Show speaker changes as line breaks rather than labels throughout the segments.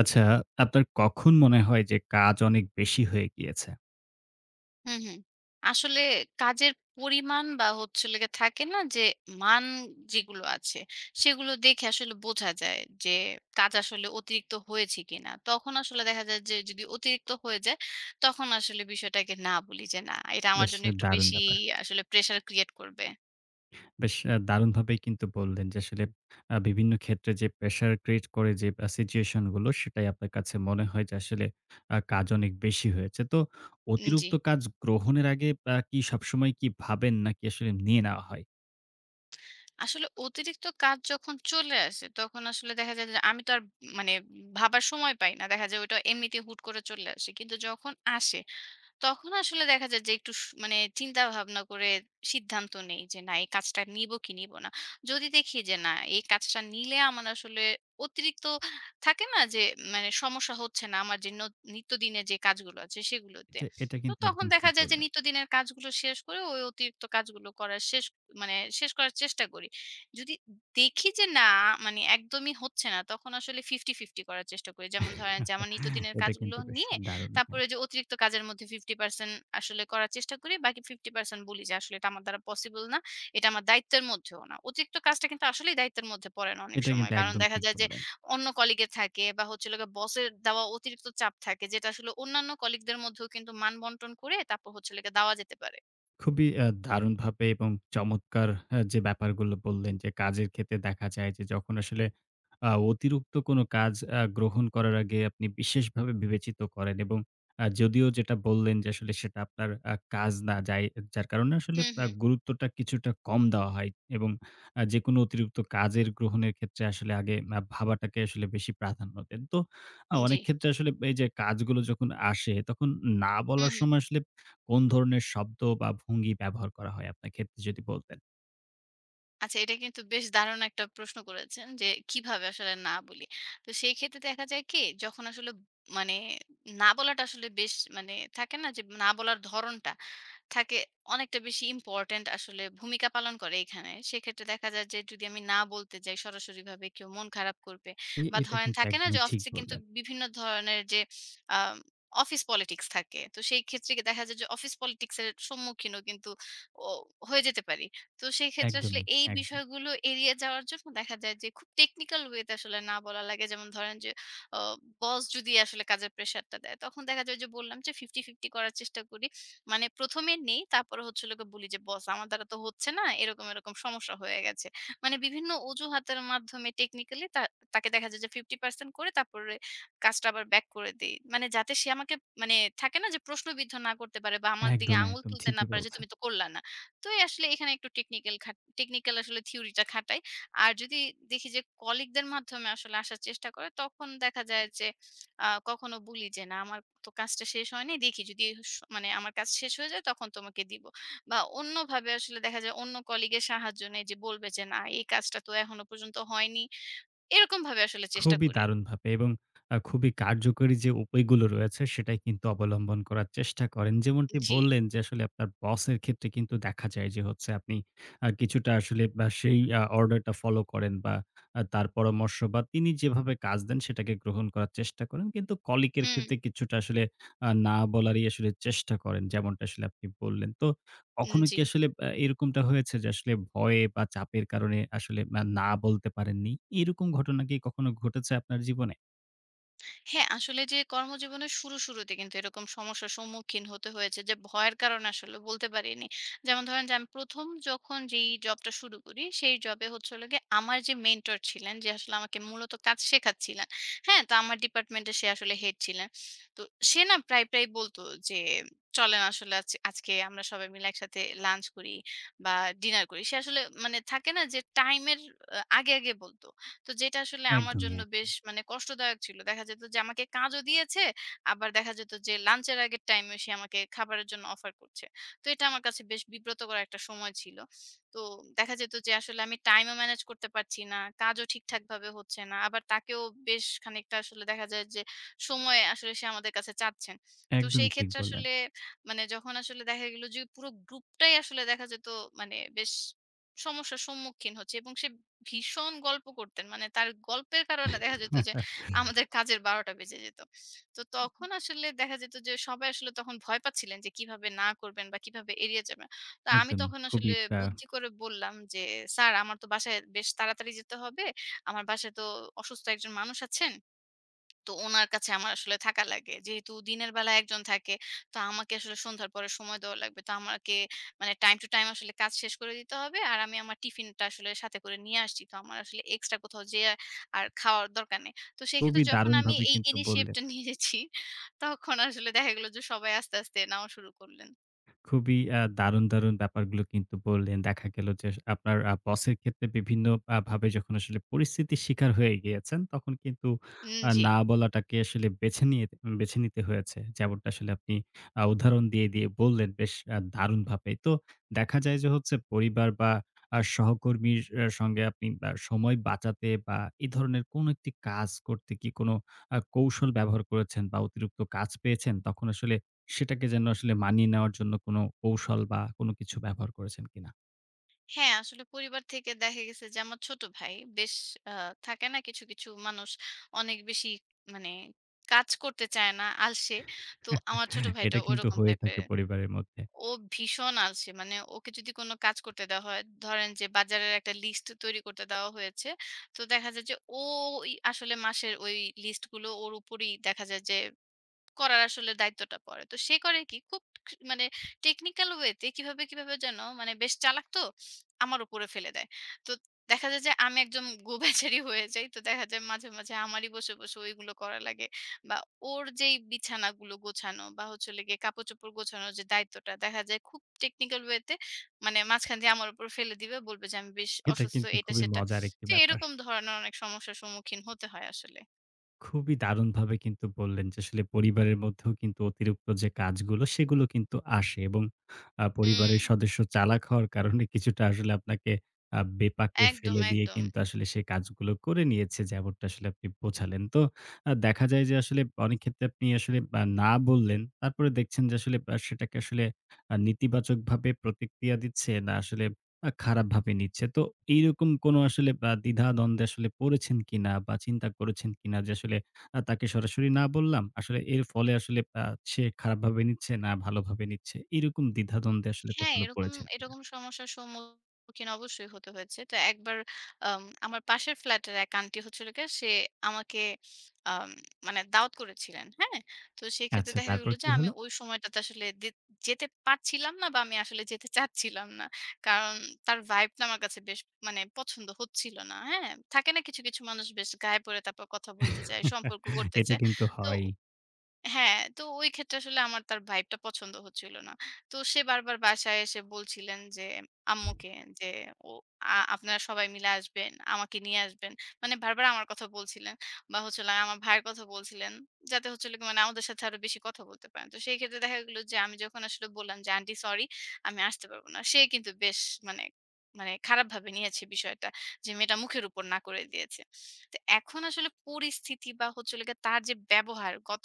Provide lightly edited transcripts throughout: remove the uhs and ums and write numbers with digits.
আচ্ছা, আপনার কখন মনে হয় যে কাজ অনেক বেশি হয়ে গিয়েছে?
হুম, হুম। আসলে কাজের পরিমাণ বা হচ্ছে হলো গিয়ে থাকে না যে মান যেগুলো আছে সেগুলো দেখে আসলে বোঝা যায় যে কাজ আসলে অতিরিক্ত হয়েছে কিনা। তখন আসলে দেখা যায় যে যদি অতিরিক্ত হয়ে যায় তখন আসলে বিষয়টাকে না বলি যে না এটা আমার
বেশ
জন্য একটু
দারুণ
বেশি
ব্যাপার।
আসলে প্রেশার ক্রিয়েট করবে।
বেশ দারুণভাবেই কিন্তু বললেন যে আসলে বিভিন্ন ক্ষেত্রে যে প্রেশার ক্রিয়েট করে, যে সিচুয়েশন গুলো সেটাই আপনার কাছে মনে হয় যে আসলে কাজ অনেক বেশি হয়েছে। তো
জি।
অতিরিক্ত কাজ গ্রহণের আগে কি সবসময় কি ভাবেন, নাকি আসলে নিয়ে নেওয়া হয়?
আসলে অতিরিক্ত কাজ যখন চলে আসে তখন আসলে দেখা যায় যে আমি তো আর মানে ভাবার সময় পাই না। দেখা যায় ওটা এমনিতে হুট করে চলে আসে। কিন্তু যখন আসে তখন আসলে দেখা যায় যে একটু মানে চিন্তা ভাবনা করে সিদ্ধান্ত নেই যে না এই কাজটা নিব কি নিব না। যদি দেখি যে না এই কাজটা নিলে আমার আসলে অতিরিক্ত থাকে না যে মানে সমস্যা হচ্ছে না আমার যে নিত্যদিনের যে কাজগুলো আছে সেগুলোতে।
এটা এটা
তো
কিন্তু
তখন
একদম
দেখা
ঠিক
যায় যে
বললেন।
নিত্যদিনের কাজগুলো শেষ করে ওই অতিরিক্ত কাজগুলো করার শেষ মানে শেষ করার চেষ্টা করি। যদি দেখি যে না মানে একদমই হচ্ছে না তখন আসলে 50-50 করার চেষ্টা করি। যেমন ধরেন যে আমার নিত্যদিনের
এটা
কাজগুলো
কিন্তু বেশ
নিয়ে
দারুণ ভাই।
তারপরে যে অতিরিক্ত কাজের মধ্যে 50% আসলে করার চেষ্টা করি। বাকি 50% বলি যে আসলে এটা আমার দ্বারা পসিবল না। এটা আমার দায়িত্বের মধ্যেও না। অতিরিক্ত কাজটা কিন্তু আসলেই দায়িত্বের মধ্যে পড়ে না অনেক
এটা
সময়।
কিন্তু
কারণ
একদম
দেখা
ঠিক
যায় যে
বললেন।
অন্য কলিগ এর থাকে বা হচ্ছে হলো গিয়ে বসের দেওয়া অতিরিক্ত চাপ থাকে যেটা আসলে অন্যান্য কলিগদের মধ্যেও কিন্তু মান বন্টন করে তারপর হচ্ছে হলো গিয়ে দেওয়া যেতে পারে।
খুবই দারুণভাবে এবং চমৎকার যে ব্যাপারগুলো বললেন যে, কাজের ক্ষেত্রে দেখা যায় যে, যখন আসলে অতিরিক্ত কোনো কাজ গ্রহণ করার আগে আপনি বিশেষভাবে বিবেচিত করেন, এবং যদিও যেটা বললেন যে আসলে সেটা আপনার কাজ না যাই, যার কারণে আসলে
হুম, হুম।
গুরুত্বটা কিছুটা কম দেওয়া হয়, এবং যেকোনো অতিরিক্ত কাজের গ্রহণের ক্ষেত্রে আসলে আগে ভাবাটাকে আসলে বেশি প্রাধান্য দেন। তো
জি।
অনেক ক্ষেত্রে আসলে এই যে কাজগুলো যখন আসে, তখন না
হু,
বলার
হু।
সময় আসলে কোন ধরনের শব্দ বা ভঙ্গি ব্যবহার করা হয় আপনার ক্ষেত্রে, যদি বলতেন?
আচ্ছা এটা কিন্তু বেশ দারুণ একটা প্রশ্ন করেছেন যে কিভাবে আসলে না বলি। তো সেই ক্ষেত্রে দেখা যায় কি যখন আসলে মানে না বলাটা আসলে বেশ মানে থাকে না যে না বলার ধরনটা থাকে অনেকটা বেশি ইম্পর্ট্যান্ট আসলে ভূমিকা পালন করে এখানে। সেক্ষেত্রে দেখা যায় যে যদি আমি না বলতে যাই সরাসরিভাবে কেউ মন খারাপ করবে
এ
বা
এটা
ধরেন
কিন্তু
থাকে না যে
একদমই ঠিক
অফিসে কিন্তু
বললেন।
বিভিন্ন ধরনের যে আম অফিস পলিটিক্স থাকে। তো সেই ক্ষেত্রে কি দেখা যায় যে অফিস পলিটিক্স এর সম্মুখীনও কিন্তু ও হয়ে যেতে পারি। তো সেক্ষেত্রে আসলে
একদমই,
এই
একদম,
বিষয়গুলো এড়িয়ে যাওয়ার জন্য দেখা যায় যে খুব টেকনিক্যাল ওয়েতে আসলে না বলা লাগে। যেমন ধরেন যে অ বস যদি আসলে কাজের প্রেশারটা দেয়, তখন দেখা যায় ওইযে বললাম যে 50-50 করার চেষ্টা করি। মানে ১ম এ নেই, তারপরে হচ্ছে হলো গিয়ে বলি যে, "বস আমার দ্বারা তো হচ্ছে না। এরকম, এরকম সমস্যা হয়ে গেছে।" মানে বিভিন্ন অজুহাতের মাধ্যমে টেকনিক্যালি তাকে দেখা যায় যে 50% করে তারপরে কাজটা আবার ব্যাক করে দেই। মানে যাতে সে আমাকে মানে থাকে না যে প্রশ্নবিদ্ধ না করতে পারে বা আমার দিকে
একদম,
আঙুল
একদম
তুলতে না
ঠিকই
পারে যে,
বলছেন।
"তুমি তো করলা না।" তো এই আসলে এখানে একটু টেকনিক্যাল টেকনিক্যাল আসলে থিওরিটা খাটাই। আর যদি দেখি যে কলিগদের মাধ্যমে আসলে আসার চেষ্টা করে, তখন দেখা যায় যে কখনো বলি যে, "না, আমার তো কাজটা শেষ হয়নি। দেখি যদি মানে আমার কাজ শেষ হয়ে যায় তখন তোমাকে দিব।" বা অন্যভাবে আসলে দেখা যায় অন্য কলিগের সাহায্য নেই যে বলবে যে, "না, এই কাজটা তো এখনো পর্যন্ত হয়নি।" এরকমভাবে আসলে চেষ্টা
খুবই
করি।
দারুণভাবে এবং খুবই কার্যকরী যে উপায়গুলো রয়েছে, সেটাই কিন্তু অবলম্বন করার চেষ্টা করেন। যেমনটি
জি।
বললেন যে আসলে আপনার বসের ক্ষেত্রে কিন্তু দেখা যায় যে হচ্ছে, আপনি কিছুটা আসলে বা সেই অর্ডারটা ফলো করেন, বা তার পরামর্শ বা তিনি যেভাবে কাজ দেন সেটাকে গ্রহণ করার চেষ্টা করেন। কিন্তু কলিগের
হুম,
ক্ষেত্রে কিছুটা আসলে না বলারই আসলে চেষ্টা করেন, যেমনটা আসলে আপনি বললেন। তো কখনো
জি।
কি আসলে এরকমটা হয়েছে যে, আসলে ভয়ে বা চাপের কারণে আসলে না বলতে পারেননি? এরকম ঘটনা কি কখনো ঘটেছে আপনার জীবনে?
হ্যাঁ, আসলে যে কর্মজীবনের শুরুতে কিন্তু এরকম সমস্যার সম্মুখীন হতে হয়েছে যে ভয়ের কারণে আসলে বলতে পারিনি। যেমন ধরেন যে আমি ১ম যখন যেই জবটা শুরু করি, সেই জবে হচ্ছে হলো গিয়ে আমার যে মেন্টর ছিলেন, যে আসলে আমাকে মূলত কাজ শেখাচ্ছিলেন, হ্যাঁ? তো আমার ডিপার্টমেন্টে সে আসলে হেড ছিলেন। তো সে না প্রায়, প্রায় বলতো যে, "চলেন আসলে আজকে আমরা সবাই মিলে একসাথে লাঞ্চ করি বা ডিনার করি।" সে আসলে মানে থাকে না যে টাইমের আগে, আগে বলত। তো যেটা আসলে আমার
একদমই
জন্য
এক
বেশ মানে কষ্টদায়ক ছিল। দেখা যেত যে আমাকে কাজও দিয়েছে, আবার দেখা যেত যে লাঞ্চের আগের টাইমে সে আমাকে খাবারের জন্য অফার করছে। তো এটা আমার কাছে বেশ বিব্রতকর একটা সময় ছিল। তো দেখা যেত যে আসলে আমি টাইমও ম্যানেজ করতে পারছি না, কাজও ঠিকঠাকভাবে হচ্ছে না। আবার তাকেও বেশ খানিকটা আসলে দেখা যায় যে সময় আসলে সে আমাদের কাছে চাচ্ছেন। তো সেই
একদমই ঠিক
ক্ষেত্রে
বললেন।
আসলে মানে যখন আসলে দেখা গেল যে পুরো গ্রুপটাই আসলে দেখা যেত মানে বেশ সমস্যার সম্মুখীন হচ্ছে এবং সে ভীষণ গল্প করতেন। মানে তার গল্পের কারণে দেখা যেত যে আমাদের কাজের ১২ টা বেজে যেত। তো তখন আসলে দেখা যেত যে সবাই আসলে তখন ভয় পাচ্ছিলেন যে কিভাবে না করবেন বা কিভাবে এড়িয়ে যাবেন। তো আমি
একদমই।
তখন আসলে
আ
বুদ্ধি করে বললাম যে, "স্যার আমার তো বাসায় বেশ তাড়াতাড়ি যেতে হবে। আমার বাসায় তো অসুস্থ একজন মানুষ আছেন।" তো উনার কাছে আমার আসলে থাকা লাগে। যেহেতু দিনের বেলায় একজন থাকে, তো আমাকে আসলে সন্ধ্যার পরে সময় দেওয়া লাগবে। তো আমাকে মানে টাইম টু টাইম আসলে কাজ শেষ করে দিতে হবে। আর আমি আমার টিফিনটা আসলে সাথে করে নিয়ে আসছি। তো আমার আসলে এক্সট্রা কোথাও যেয়ে আর খাওয়ার দরকার নেই। তো সেক্ষেত্রে
খুবই
যখন আমি
দারুণভাবে
এই
কিন্তু বললেন।
ইনিশিয়েটিভটা নিয়েছি, তখন আসলে দেখা গেল যে সবাই আস্তে, আস্তে নেওয়া শুরু করলেন।
খুবই দারুণ, দারুণ ব্যাপারগুলো কিন্তু বললেন। দেখা গেল যে আপনার বসের ক্ষেত্রে বিভিন্ন ভাবে যখন আসলে পরিস্থিতির শিকার হয়ে গিয়েছেন, তখন কিন্তু
জি।
না বলাটাকে আসলে বেছে নিতে হয়েছে, যেমনটা আসলে আপনি উদাহরণ দিয়ে বললেন বেশ দারুণভাবে। তো দেখা যায় যে হচ্ছে, পরিবার বা সহকর্মীর সঙ্গে আপনি সময় বাঁচাতে বা এ ধরনের কোনো একটি কাজ করতে কি কোনো কৌশল ব্যবহার করেছেন, বা অতিরিক্ত কাজ পেয়েছেন? তখন আসলে সেটাকে যেন আসলে মানিয়ে নেওয়ার জন্য কোনো কৌশল বা কোনো কিছু ব্যবহার করেছেন কিনা?
হ্যাঁ, আসলে পরিবার থেকে দেখা গেছে যে আমার ছোট ভাই বেশ আ থাকে না কিছু, কিছু মানুষ অনেক বেশি মানে কাজ করতে চায় না, আলসে। তো আমার ছোট ভাইটা
এটা কিন্তু
ওরকম
হয়ে
টাইপের।
থাকে পরিবারের মধ্যে।
ও ভীষণ আলসে। মানে ওকে যদি কোনো কাজ করতে দেওয়া হয়, ধরেন যে বাজারের একটা লিস্ট তৈরি করতে দেওয়া হয়েছে। তো দেখা যায় যে ও ওই আসলে মাসের ওই লিস্টগুলো ওর উপরেই দেখা যায় যে করার আসলে দায়িত্বটা পড়ে। তো সে করে কি খুব মানে টেকনিক্যাল ওয়েতে কিভাবে, কিভাবে যেন মানে বেশ চালাক তো আমার উপরে ফেলে দেয়। তো দেখা যায় যে আমি একদম গোবেচারি হয়ে যাই। তো দেখা যায় মাঝে, মাঝে আমারই বসে, বসে ওইগুলো করা লাগে বা ওর যেই বিছানাগুলো গোছানো বা হচ্ছে হলো গিয়ে কাপড়-চোপড় গোছানোর যে দায়িত্বটা দেখা যায় খুব টেকনিক্যাল ওয়েতে মানে মাঝখান দিয়ে আমার উপর ফেলে দিবে। বলবে যে আমি বেশ
এটা
অসুস্থ
কিন্তু
এটা
খুবই
সেটা।
মজার একটি
তো
ব্যাপার।
এরকম ধরনের অনেক সমস্যার সম্মুখীন হতে হয় আসলে।
খুবই দারুণভাবে কিন্তু বললেন যে আসলে পরিবারের মধ্যেও কিন্তু অতিরিক্ত যে কাজগুলো সেগুলো কিন্তু আসে, এবং
হুম,
পরিবারের সদস্য চালাক হওয়ার কারণে কিছুটা আসলে আপনাকে বেপাকে
একদম,
ফেলে দিয়ে
একদম।
কিন্তু আসলে সেই কাজগুলো করে নিয়েছে, যেমনটা আসলে আপনি বোঝালেন। তো দেখা যায় যে আসলে অনেক ক্ষেত্রে আপনি আসলে না বললেন। তারপরে দেখছেন যে আসলে সেটাকে আসলে নেতিবাচকভাবে প্রতিক্রিয়া দিচ্ছে না, আসলে খারাপ ভাবে নিচ্ছে। তো এইরকম কোনো আসলে বা দ্বিধা-দ্বন্দ্বে আসলে পড়েছেন কিনা, বা চিন্তা করেছেন কিনা যে আসলে তাকে সরাসরি না বললাম। আসলে এর ফলে আসলে সে খারাপভাবে নিচ্ছে না ভালোভাবে নিচ্ছে। এরকম দ্বিধা-দ্বন্দ্বে আসলে
হ্যাঁ,
কখনো
এরকম
পড়েছেন কিনা?
এরকম সমস্যার সম্মুখীন অবশ্যই হতে হয়েছে। তো একবার আমার পাশের ফ্ল্যাটের এক আন্টি হচ্ছিল গিয়ে সে আমাকে আম মানে দাওয়াত করেছিলেন। হ্যাঁ? তো সেক্ষেত্রে
আচ্ছা,
দেখা গেল
তারপর
যে
কি
আমি
হলো?
ওই সময়টাতে আসলে যেতে পারছিলাম না বা আমি আসলে যেতে চাচ্ছিলাম না। কারণ তার ভাইব টা আমার কাছে বেশ মানে পছন্দ হচ্ছিল না। হ্যাঁ? থাকে না কিছু, কিছু মানুষ বেশ গায়ে পড়ে তারপর কথা বলতে চায়, সম্পর্ক গড়তে
এটা
চায়।
কিন্তু
তো
হয়।
হ্যাঁ, তো ওই ক্ষেত্রে আসলে আমার তার ভাইবটা পছন্দ হচ্ছিল না। তো সে বারবার বাসায় এসে বলছিলেন যে আম্মুকে যে, "ও আপনারা সবাই মিলে আসবেন, আমাকে নিয়ে আসবেন।" মানে বারবার আমার কথা বলছিলেন বা হচ্ছে হলো আমার ভাইয়ের কথা বলছিলেন। যাতে হচ্ছে হলো মানে আমাদের সাথে আরো বেশি কথা বলতে পারেন। তো সেই ক্ষেত্রে দেখা গেল যে আমি যখন আসলে বললাম যে, "আন্টি সরি, আমি আসতে পারব না।" সে কিন্তু বেশ মানে মানে খারাপভাবে নিয়েছে বিষয়টা। যে মেয়েটা মুখের উপর না করে দিয়েছে। তো এখন আসলে পরিস্থিতি বা হচ্ছে হলো গিয়ে তার যে ব্যবহার গত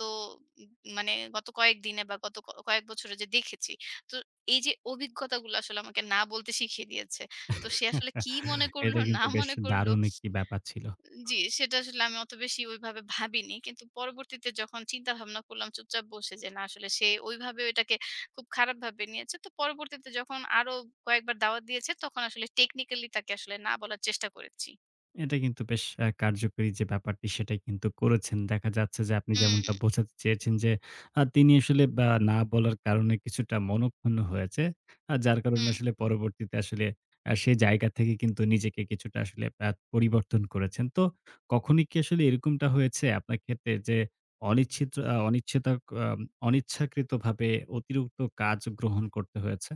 মানে গত কয়েকদিনে বা গত কয়েক বছরে যে দেখেছি। তো এই যে অভিজ্ঞতাগুলো আসলে আমাকে না বলতে শিখিয়ে দিয়েছে। তো সে আসলে কি মনে করলো
এটা
না
কিন্তু বেশ
মনে করলো
দারুণ একটি ব্যাপার ছিল।
জি, সেটা আসলে আমি অত বেশি ওইভাবে ভাবিনি। কিন্তু পরবর্তীতে যখন চিন্তা ভাবনা করলাম চুপচাপ বসে যে না আসলে সে ওইভাবে এটাকে খুব খারাপভাবে নিয়েছে। তো পরবর্তীতে যখন আরো কয়েকবার দাওয়াত দিয়েছে তখন আসলে টেকনিক্যালি তাকে আসলে না বলার চেষ্টা করেছি।
এটা কিন্তু বেশ কার্যকরী যে ব্যাপারটি, সেটাই কিন্তু করেছেন। দেখা যাচ্ছে যে আপনি
হুম,
যেমনটা বোঝাতে চেয়েছেন যে, তিনি আসলে বা না বলার কারণে কিছুটা মনঃক্ষুণ্ণ হয়েছে। যার কারণে
হুম।
আসলে পরবর্তীতে আসলে সে জায়গা থেকে কিন্তু নিজেকে কিছুটা আসলে পরিবর্তন করেছেন। তো কখনই কি আসলে এরকমটা হয়েছে আপনার ক্ষেত্রে যে, অনিচ্ছিত আ অনিচ্ছেতা আম অনিচ্ছাকৃতভাবে অতিরিক্ত কাজ গ্রহণ করতে হয়েছে?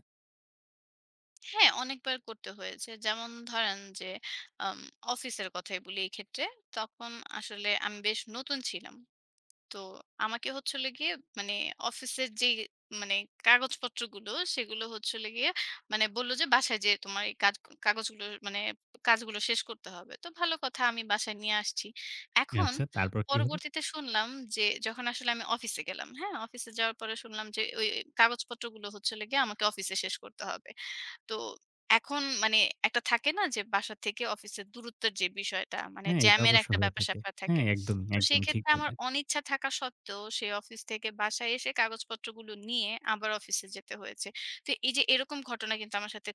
হ্যাঁ, অনেকবার করতে হয়েছে। যেমন ধরেন যে আম অফিসের কথাই বলি এই ক্ষেত্রে। তখন আসলে আমি বেশ নতুন ছিলাম। তো আমাকে হচ্ছে হলো গিয়ে মানে অফিসের যেই মানে কাগজপত্রগুলো সেগুলো হচ্ছে হলো গিয়ে মানে বলল যে বাসায় যেয়ে তোমার এই কাজ কাগজগুলো মানে কাজগুলো শেষ করতে হবে। তো ভালো কথা আমি বাসায় নিয়ে আসছি। এখন
আচ্ছা, তারপর কি হলো?
পরবর্তীতে শুনলাম যে যখন আসলে আমি অফিসে গেলাম, হ্যাঁ? অফিসে যাওয়ার পরে শুনলাম যে ওই কাগজপত্রগুলো হচ্ছে হলো গিয়ে আমাকে অফিসে শেষ করতে হবে। তো এখন মানে একটা থাকে না যে বাসা থেকে অফিসের দূরত্বের যে বিষয়টা মানে
হ্যাঁ, এটা
জ্যামের
অবশ্য
একটা
হয়ে থাকে।
ব্যাপার-স্যাপার থাকে।
হ্যাঁ, একদমই,
তো সেই
একদমই ঠিক
ক্ষেত্রে আমার
বললেন।
অনিচ্ছা থাকা সত্ত্বেও সেই অফিস থেকে বাসায় এসে কাগজপত্রগুলো নিয়ে আবার অফিসে যেতে হয়েছে। তো এই যে এরকম ঘটনা কিন্তু আমার সাথে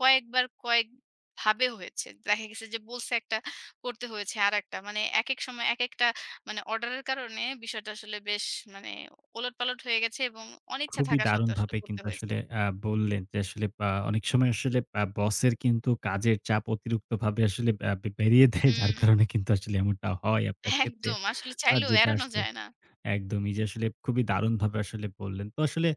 কয়েকবার কয়েকভাবে হয়েছে। দেখা গেছে যে বলছে একটা করতে হয়েছে আরেকটা। মানে একেক সময় একেকটা মানে অর্ডারের কারণে বিষয়টা আসলে বেশ মানে ওলটপালট হয়ে গেছে এবং অনিচ্ছা
খুবই
থাকা সত্ত্বেও আসলে
দারুণভাবে
করতে
কিন্তু
হয়েছে।
আসলে বললেন যে আসলে অনেক সময় আসলে বসের কিন্তু কাজের চাপ অতিরিক্তভাবে আসলে বেরিয়ে দেয়,
হুম।
যার কারণে কিন্তু আসলে এমনটা হয় আপনার ক্ষেত্রে।
একদম। আসলে চাইলেও
যেটা
এড়ানো
আসলে
যায় না।
একদমই, যে আসলে খুবই দারুণভাবে আসলে বললেন। তো আসলে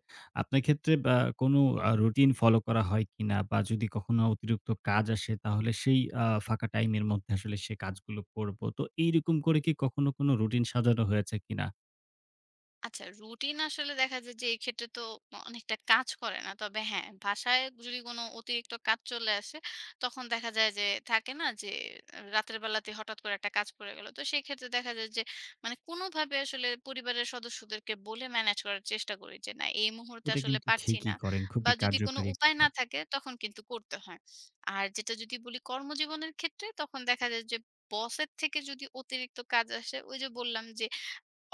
আপনার ক্ষেত্রে বা কোনো রুটিন ফলো করা হয় কিনা, বা যদি কখনো অতিরিক্ত কাজ আসে তাহলে সেই ফাঁকা টাইমের মধ্যে আসলে সে কাজগুলো করব। তো এইরকম করে কি কখনো কোনো রুটিন সাজানো হয়েছে কিনা?
আচ্ছা রুটিন আসলে দেখা যায় যে এই ক্ষেত্রে তো অনেকটা কাজ করে না। তবে হ্যাঁ, বাসায় যদি কোনো অতিরিক্ত কাজ চলে আসে, তখন দেখা যায় যে থাকে না যে রাতের বেলাতে হঠাৎ করে একটা কাজ পড়ে গেল। তো সেই ক্ষেত্রে দেখা যায় যে মানে কোনোভাবে আসলে পরিবারের সদস্যদেরকে বলে ম্যানেজ করার চেষ্টা করি যে না এই মুহূর্তে
এটা
আসলে
কিন্তু
পারছি না।
ঠিকই করেন।
বা
খুবই
যদি কোনো
কার্যকারী
উপায়
একটা।
না থাকে তখন কিন্তু করতে হয়। আর যেটা যদি বলি কর্মজীবনের ক্ষেত্রে তখন দেখা যায় যে বসের থেকে যদি অতিরিক্ত কাজ আসে ওই যে বললাম যে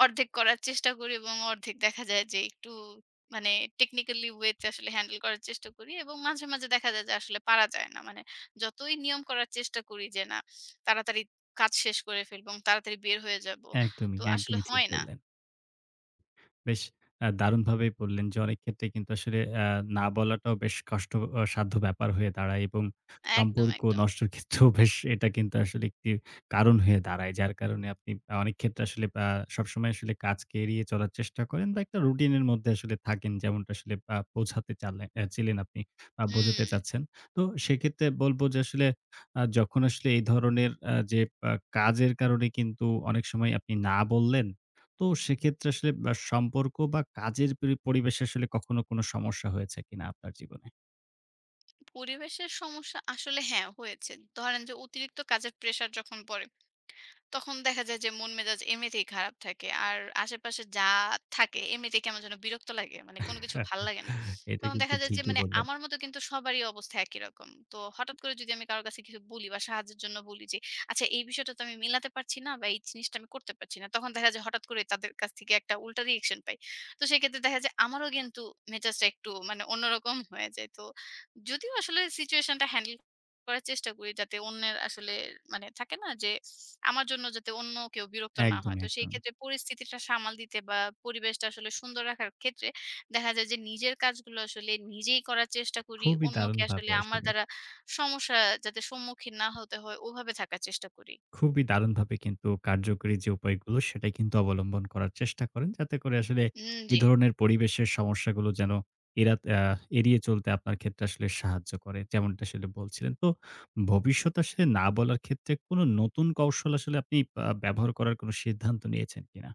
অর্ধেক করার চেষ্টা করি এবং অর্ধেক দেখা যায় যে একটু মানে টেকনিক্যালি ওয়েতে আসলে হ্যান্ডেল করার চেষ্টা করি এবং মাঝে, মাঝে দেখা যায় যে আসলে পারা যায় না। মানে যতই নিয়ম করার চেষ্টা করি যে না তাড়াতাড়ি কাজ শেষ করে ফেলবো এবং তাড়াতাড়ি বের হয়ে যাবো।
একদমই,
তো আসলে
একদমই ঠিক
হয় না।
বললেন। বেশ দারুণভাবেই বললেন যে, অনেক ক্ষেত্রে কিন্তু আসলে না বলাটাও বেশ কষ্ট সাধ্য ব্যাপার হয়ে দাঁড়ায়, এবং
একদম,
সম্পর্ক
একদম।
নষ্টের ক্ষেত্রেও বেশ এটা কিন্তু আসলে একটি কারণ হয়ে দাঁড়ায়। যার কারণে আপনি অনেক ক্ষেত্রে আসলে সবসময় আসলে কাজকে এড়িয়ে চলার চেষ্টা করেন, বা একটা রুটিন এর মধ্যে আসলে থাকেন, যেমনটা আসলে বোঝাতে চালে ছিলেন আপনি, বা বোঝাতে
হুম,
চাচ্ছেন। তো সেক্ষেত্রে বলব যে, আসলে যখন আসলে এই ধরনের যে, আ কাজের কারণে কিন্তু অনেক সময় আপনি না বললেন, তো সেক্ষেত্রে আসলে বা সম্পর্ক বা কাজের পরিবেশে আসলে কখনো কোনো সমস্যা হয়েছে কিনা আপনার জীবনে?
পরিবেশের সমস্যা আসলে হ্যাঁ হয়েছে। ধরেন যে অতিরিক্ত কাজের প্রেশার যখন পড়ে তখন দেখা যায় যে মন মেজাজ এমনিতেই খারাপ থাকে। আর আশেপাশে যা থাকে এমনিতেই কেমন যেন বিরক্ত লাগে। মানে কোনো কিছু ভাল লাগে না।
এটা
তখন
কিন্তু
দেখা যায় যে
ঠিকই
মানে
বললেন।
আমার মতো কিন্তু সবারই অবস্থা একই রকম। তো হঠাৎ করে যদি আমি কারো কাছে কিছু বলি বা সাহায্যের জন্য বলি যে, "আচ্ছা এই বিষয়টা তো আমি মেলাতে পারছি না বা এই জিনিসটা আমি করতে পারছি না।" তখন দেখা যায় হঠাৎ করে তাদের কাছ থেকে একটা উল্টা রিঅ্যাকশন পাই। তো সেক্ষেত্রে দেখা যায় আমারও কিন্তু মেজাজটা একটু মানে অন্যরকম হয়ে যায়। তো যদিও আসলে সিচুয়েশনটা হ্যান্ডেল করার চেষ্টা করি যাতে অন্যের আসলে মানে থাকে না যে আমার জন্য যাতে অন্য কেউ বিরক্ত না
একদম,
হয়। তো সেই
একদম।
ক্ষেত্রে পরিস্থিতিটা সামাল দিতে বা পরিবেশটা আসলে সুন্দর রাখার ক্ষেত্রে দেখা যায় যে নিজের কাজগুলো আসলে নিজেই করার চেষ্টা করি।
খুবই
অন্যকে আসলে
দারুণভাবে
আমার
আসলে,
দ্বারা সমস্যা যাতে সম্মুখীন না হতে হয় ওভাবে থাকার চেষ্টা করি।
খুবই দারুণভাবে কিন্তু কার্যকরী যে উপায়গুলো সেটাই কিন্তু অবলম্বন করার চেষ্টা করেন, যাতে করে আসলে এই
জি।
ধরনের পরিবেশের সমস্যাগুলো যেন এরা এড়িয়ে চলতে আপনার ক্ষেত্রে আসলে সাহায্য করে, যেমনটা আসলে বলছিলেন। তো ভবিষ্যতে আসলে না বলার ক্ষেত্রে কোনো নতুন কৌশল আসলে আপনি ব্যবহার করার কোনো সিদ্ধান্ত নিয়েছেন কিনা?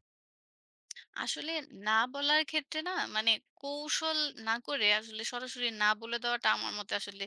আসলে না বলার ক্ষেত্রে না মানে কৌশল না করে আসলে সরাসরি না বলে দেওয়াটা আমার মতে আসলে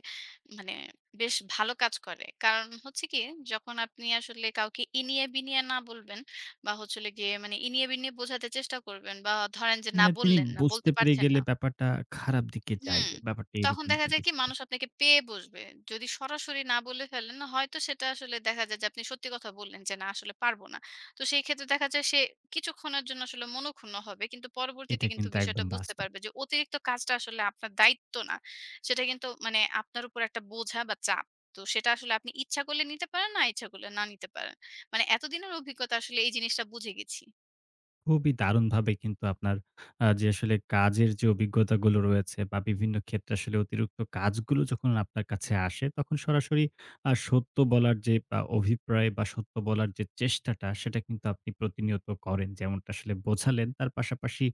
মানে বেশ ভালো কাজ করে কারণ হচ্ছে কি যখন আপনি আসলে কাউকে ইনিয়ে বিনিয়ে না বলবেন বা হচ্ছে হলো গিয়ে মানে ইনিয়ে বিনিয়ে বোঝাতে চেষ্টা করবেন বা ধরেন যে না
মানে তিনি
বললেন না
বুঝতে
বলতে
পেরে
পারছেন
গেলে
না
ব্যাপারটা খারাপ দিকে
হুম।
যায়। ব্যাপারটা
তখন
এরকম
দেখা যায় কি
কিছুটা।
মানুষ আপনাকে পেয়ে বসবে। যদি সরাসরি না বলে ফেলেন না, হয়তো সেটা আসলে দেখা যায় যে আপনি সত্যি কথা বললেন যে, "না আসলে পারব না।" তো সেই ক্ষেত্রে দেখা যায় সে কিছুক্ষণের জন্য আসলে মনঃক্ষুণ্ণ হবে। কিন্তু পরবর্তীতে
এটা
কিন্তু
কিন্তু
বিষয়টা
একদম
বুঝতে
বাস্তব।
পারবে যে অতিরিক্ত কাজটা আসলে আপনার দায়িত্ব না। সেটা কিন্তু মানে আপনার উপর একটা বোঝা বা চাপ। তো সেটা আসলে আপনি ইচ্ছা করলে নিতে পারেন, না ইচ্ছা করলে না নিতে পারেন। মানে এতদিনের অভিজ্ঞতা আসলে এই জিনিসটা বুঝে গেছি।
খুবই দারুণভাবে কিন্তু আপনার যে আসলে কাজের যে অভিজ্ঞতাগুলো রয়েছে, বা বিভিন্ন ক্ষেত্রে আসলে অতিরিক্ত কাজগুলো যখন আপনার কাছে আসে, তখন সরাসরি সত্য বলার যে অভিপ্রায় বা সত্য বলার যে চেষ্টাটা, সেটা কিন্তু আপনি প্রতিনিয়ত করেন, যেমনটা আসলে বোঝালেন। তার পাশাপাশি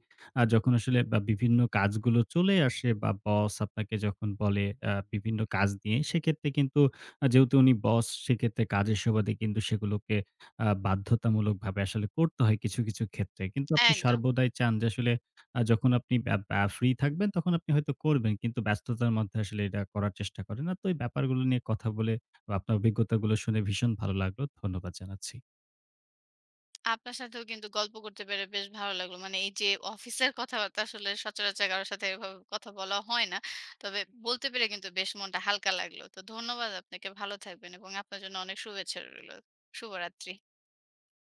যখন আসলে বা বিভিন্ন কাজগুলো চলে আসে, বা বস আপনাকে যখন বলে বিভিন্ন কাজ নিয়ে, সেক্ষেত্রে কিন্তু যেহেতু উনি বস, সেক্ষেত্রে কাজের সুবাদে কিন্তু সেগুলোকে বাধ্যতামূলকভাবে আসলে করতে হয় কিছু, কিছু ক্ষেত্রে। কিন্তু আপনি
একদম।
সর্বদাই চান যে, আসলে যখন আপনি ব্যা ব্যা ফ্রি থাকবেন তখন আপনি হয়তো করবেন। কিন্তু ব্যস্ততার মধ্যে আসলে এটা করার চেষ্টা করেন না। তো এই ব্যাপারগুলো নিয়ে কথা বলে বা আপনার অভিজ্ঞতাগুলো শুনে ভীষণ ভালো লাগলো। ধন্যবাদ জানাচ্ছি।
আপনার সাথেও কিন্তু গল্প করতে পেরে বেশ ভালো লাগলো। মানে এই যে অফিসের কথাবার্তা আসলে সচরাচর কারো সাথে এভাবে কথা বলা হয় না। তবে বলতে পেরে কিন্তু বেশ মনটা হালকা লাগলো। তো ধন্যবাদ আপনাকে। ভালো থাকবেন এবং আপনার জন্য অনেক শুভেচ্ছা রইলো। শুভরাত্রি।